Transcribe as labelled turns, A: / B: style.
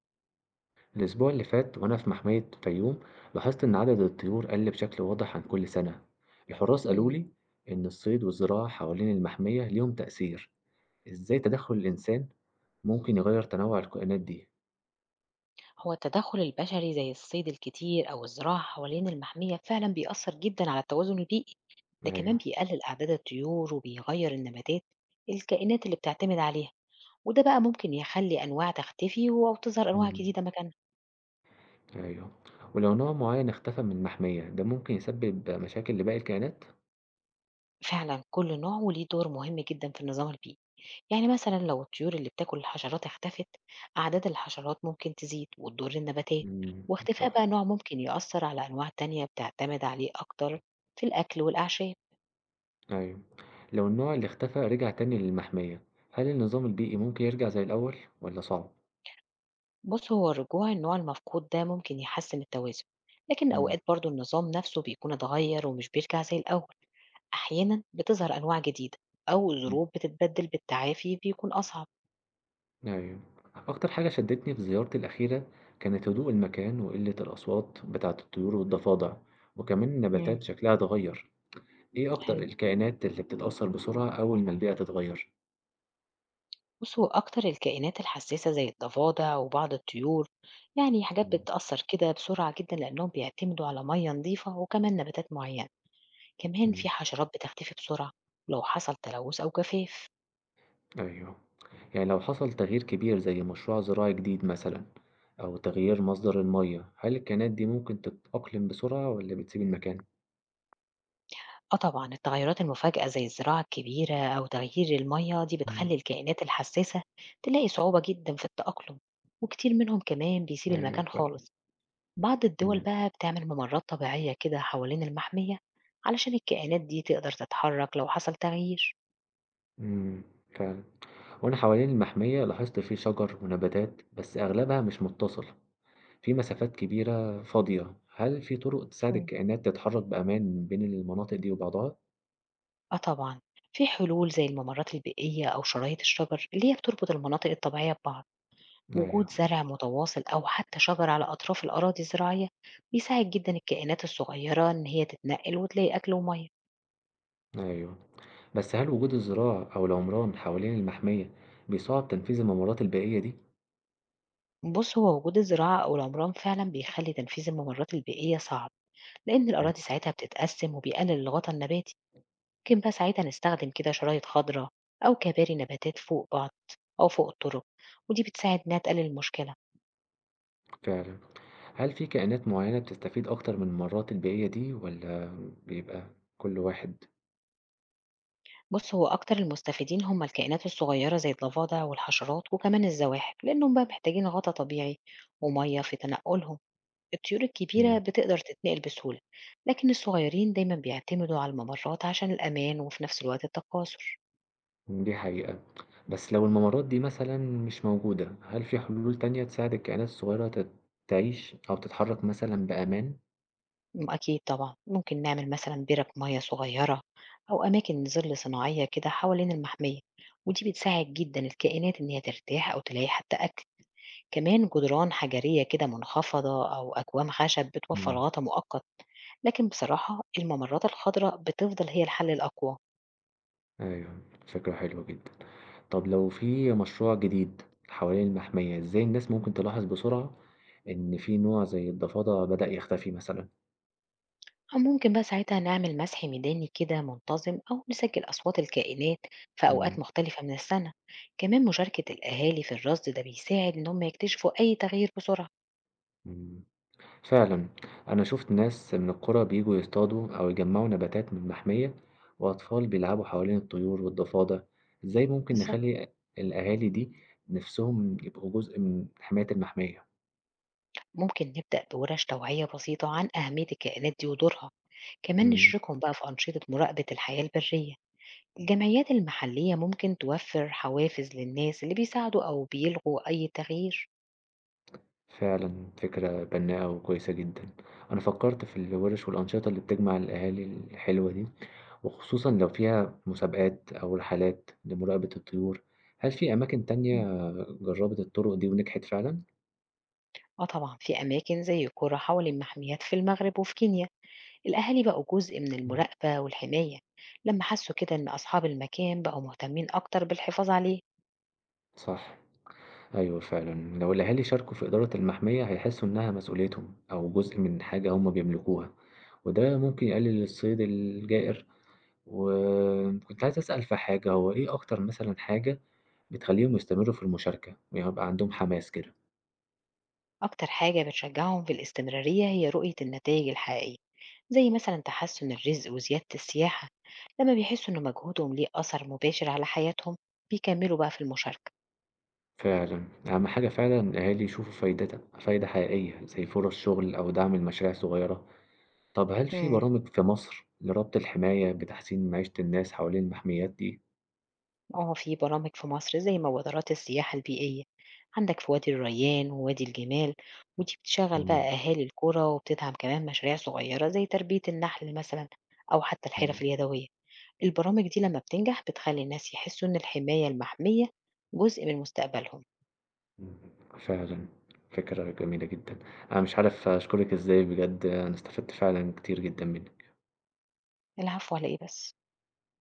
A: الأسبوع اللي فات وأنا في محمية فيوم لاحظت إن عدد الطيور قل بشكل واضح عن كل سنة، الحراس قالوا
B: مم.
A: لي إن الصيد والزراعة حوالين المحمية ليهم تأثير، إزاي تدخل الإنسان ممكن يغير تنوع الكائنات دي؟
B: هو التدخل البشري زي الصيد الكتير أو الزراعة حوالين المحمية فعلا بيأثر جدا على التوازن البيئي. ده كمان
A: أيوه.
B: بيقلل أعداد الطيور وبيغير النباتات الكائنات اللي بتعتمد عليها. وده بقى ممكن يخلي أنواع تختفي أو تظهر أنواع
A: مم.
B: جديدة مكانها.
A: أيوه. ولو نوع معين اختفى من المحمية ده ممكن يسبب مشاكل لباقي الكائنات؟
B: فعلا كل نوع وليه دور مهم جدا في النظام البيئي. يعني مثلا لو الطيور اللي بتاكل الحشرات اختفت، أعداد الحشرات ممكن تزيد وتضر النباتات.
A: مم.
B: واختفاء
A: صح.
B: بقى نوع ممكن يأثر على أنواع تانية بتعتمد عليه أكتر في الأكل والأعشاب.
A: أيوه. لو النوع اللي اختفى رجع تاني للمحمية هل النظام البيئي ممكن يرجع زي الأول ولا صعب؟
B: بص، هو الرجوع النوع المفقود ده ممكن يحسن التوازن، لكن أوقات برضو النظام نفسه بيكون اتغير ومش بيرجع زي الأول. أحيانا بتظهر أنواع جديدة أو
A: مم.
B: ظروف بتتبدل بالتعافي بيكون أصعب.
A: أيوه. أكتر حاجة شدّتني في زيارتي الأخيرة كانت هدوء المكان وقلة الأصوات بتاعة الطيور والضفادع، وكمان
B: مم.
A: النباتات شكلها اتغيّر، إيه أكتر
B: حلو.
A: الكائنات اللي بتتأثّر بسرعة أول ما البيئة تتغيّر؟
B: بص، هو أكتر الكائنات الحساسة زي الضفادع وبعض الطيور، يعني حاجات
A: إمم،
B: بتتأثر كده بسرعة جدا لأنهم بيعتمدوا على مية نظيفة وكمان نباتات معينة. كمان
A: إمم،
B: في حشرات بتختفي بسرعة لو حصل تلوث أو جفاف.
A: أيوه. يعني لو حصل تغيير كبير زي مشروع زراعي جديد مثلًا أو تغيير مصدر المَيّة، هل الكائنات دي ممكن تتأقلم بسرعة والّا بتسيب المكان؟
B: آه طبعًا، التغيرات المفاجئة زي الزراعة الكبيرة أو تغيير المَيّة دي
A: إمم،
B: بتخلّي الكائنات الحسّاسة تلاقي صعوبة جدًا في التأقلم، وكتير منهم كمان بيسيب
A: أيوه
B: المكان
A: فعلًا،
B: خالص. بعض الدول
A: إمم،
B: بقى بتعمل ممرات طبيعية كده حوالين المحمية علشان الكائنات دي تقدر تتحرك لو حصل تغيير.
A: إمم، فعلًا. وأنا حوالين المحمية لاحظت فيه شجر ونباتات بس أغلبها مش متصل في مسافات كبيرة فاضية، هل في طرق تساعد
B: مم.
A: الكائنات تتحرك بأمان بين المناطق دي وبعضها؟
B: آه طبعًا، في حلول زي الممرات البيئية أو شرايط الشجر اللي هي بتربط المناطق الطبيعية ببعض. وجود
A: أيوه.
B: زرع متواصل أو حتى شجر على أطراف الأراضي الزراعية بيساعد جدا الكائنات الصغيرة إن هي تتنقل وتلاقي أكل ومية.
A: أيوه. بس هل وجود الزراعة أو العمران حوالين المحمية بيصعب تنفيذ الممرات البيئية دي؟
B: بص، هو وجود الزراعة أو العمران فعلا بيخلي تنفيذ الممرات البيئية صعب لأن
A: مم،
B: الأراضي ساعتها بتتقسم وبيقلل الغطاء النباتي. ممكن بقى ساعتها نستخدم كده شرايط خضراء أو كباري نباتات فوق بعض أو فوق الطرق، ودي بتساعد إنها تقلل المشكلة.
A: فعلا. هل في كائنات معينة بتستفيد أكتر من الممرات البيئية دي ولا بيبقى كل واحد؟
B: بُص، هو أكتر المستفيدين هم الكائنات الصغيرة زي الضفادع والحشرات وكمان الزواحف، لأنهم بقى محتاجين غطا طبيعي ومَيّة في تنقلهم. الطيور الكبيرة بتقدر تتنقل بسهولة، لكن الصغيرين دايمًا بيعتمدوا على الممرات عشان الأمان وفي نفس الوقت التكاثر.
A: دي حقيقة. بس لو الممرات دي مثلا مش موجودة هل في حلول تانية تساعد الكائنات الصغيرة تعيش أو تتحرك مثلا بأمان؟
B: أكيد طبعًا، ممكن نعمل مثلًا بِرَك مَيّة صغيرة أو أماكن ظِل صناعية كده حوالين المحمية، ودي بتساعد جدًا الكائنات إن هي ترتاح أو تلاقي حتى أكل. كمان جدران حجرية كده منخفضة أو أكوام خشب بتوفر
A: مم.
B: غطا مؤقت. لكن بصراحة الممرات الخضراء بتفضل هي الحل الأقوى.
A: أيوة، فكرة حلوة جدا. طب لو في مشروع جديد حوالين المحمية إزاي الناس ممكن تلاحظ بسرعة إن في نوع زي الضفادع بدأ يختفي مثلا؟
B: أو ممكن بقى ساعتها نعمل مسح ميداني كده منتظم أو نسجل أصوات الكائنات في أوقات
A: مم.
B: مختلفة من السنة. كمان مشاركة الأهالي في الرصد ده بيساعد إن هم يكتشفوا أي تغيير بسرعة.
A: مم. فعلًا، أنا شُفت ناس من القرى بييجوا يصطادوا أو يجمّعوا نباتات من محمية، وأطفال بيلعبوا حوالين الطيور والضفادع، إزاي ممكن
B: بالظبط.
A: نخلّي الأهالي دي نفسهم يبقوا جزء من حماية المحمية؟
B: ممكن نبدأ بورش توعية بسيطة عن أهمية الكائنات دي ودورها، كمان
A: إمم.
B: نشركهم بقى في أنشطة مراقبة الحياة البرية. الجمعيات المحلية ممكن توفر حوافز للناس اللي بيساعدوا أو بيلغوا أي تغيير.
A: فعلًا فكرة بنّاءة وكويسة جدًا، أنا فكّرت في الوِرِش والأنشطة اللي بتجمع الأهالي الحلوة دي، وخصوصًا لو فيها مسابقات أو رحلات لمراقبة الطيور، هل في أماكن تانية جرّبت الطرق دي ونجحت فعلًا؟
B: آه طبعا، في أماكن زي قرى حوالين محميات في المغرب وفي كينيا الأهالي بقوا جزء من
A: إمم.
B: المراقبة والحماية لما حسوا كده إن أصحاب المكان بقوا مهتمين أكتر بالحفاظ عليه.
A: صح. أيوه فعلًا، لو الأهالي شاركوا في إدارة المحمية هيحسوا إنها مسؤوليتهم أو جزء من حاجة هم بيملكوها، وده ممكن يقلل الصيد الجائر. وكنت عايز أسأل في حاجة، هو إيه أكتر مثلًا حاجة بتخليهم يستمروا في المشاركة ويبقى عندهم حماس كده؟
B: أكتر حاجة بتشجعهم في الاستمرارية هي رؤية النتائج الحقيقية زي مثلا تحسن الرزق وزيادة السياحة. لما بيحسوا إن مجهودهم ليه أثر مباشر على حياتهم بيكملوا بقى في المشاركة.
A: فعلًا، أهم حاجة فعلًا الأهالي يشوفوا فايدة فايدة حقيقية زي فرص شغل أو دعم لمشاريع صغيرة. طب هل في
B: مم.
A: برامج في مصر لربط الحماية بتحسين معيشة الناس حوالين المحميات دي؟
B: آه في برامج في مصر زي مبادرات السياحة البيئية عندك في وادي الريان ووادي الجمال، ودي بتشغل
A: إمم،
B: بقى أهالي القرى وبتدعم كمان مشاريع صغيرة زي تربية النحل مثلا أو حتى
A: إمم.
B: الحرف اليدوية. البرامج دي لما بتنجح بتخلي الناس يحسوا إن الحماية المحمية جزء من مستقبلهم.
A: إمم، فعلًا فكرة جميلة جدًا، أنا مش عارف أشكرِك إزاي بجد، أنا استفدت فعلًا كتير جدًا منِّك.
B: العفو، على إيه بس.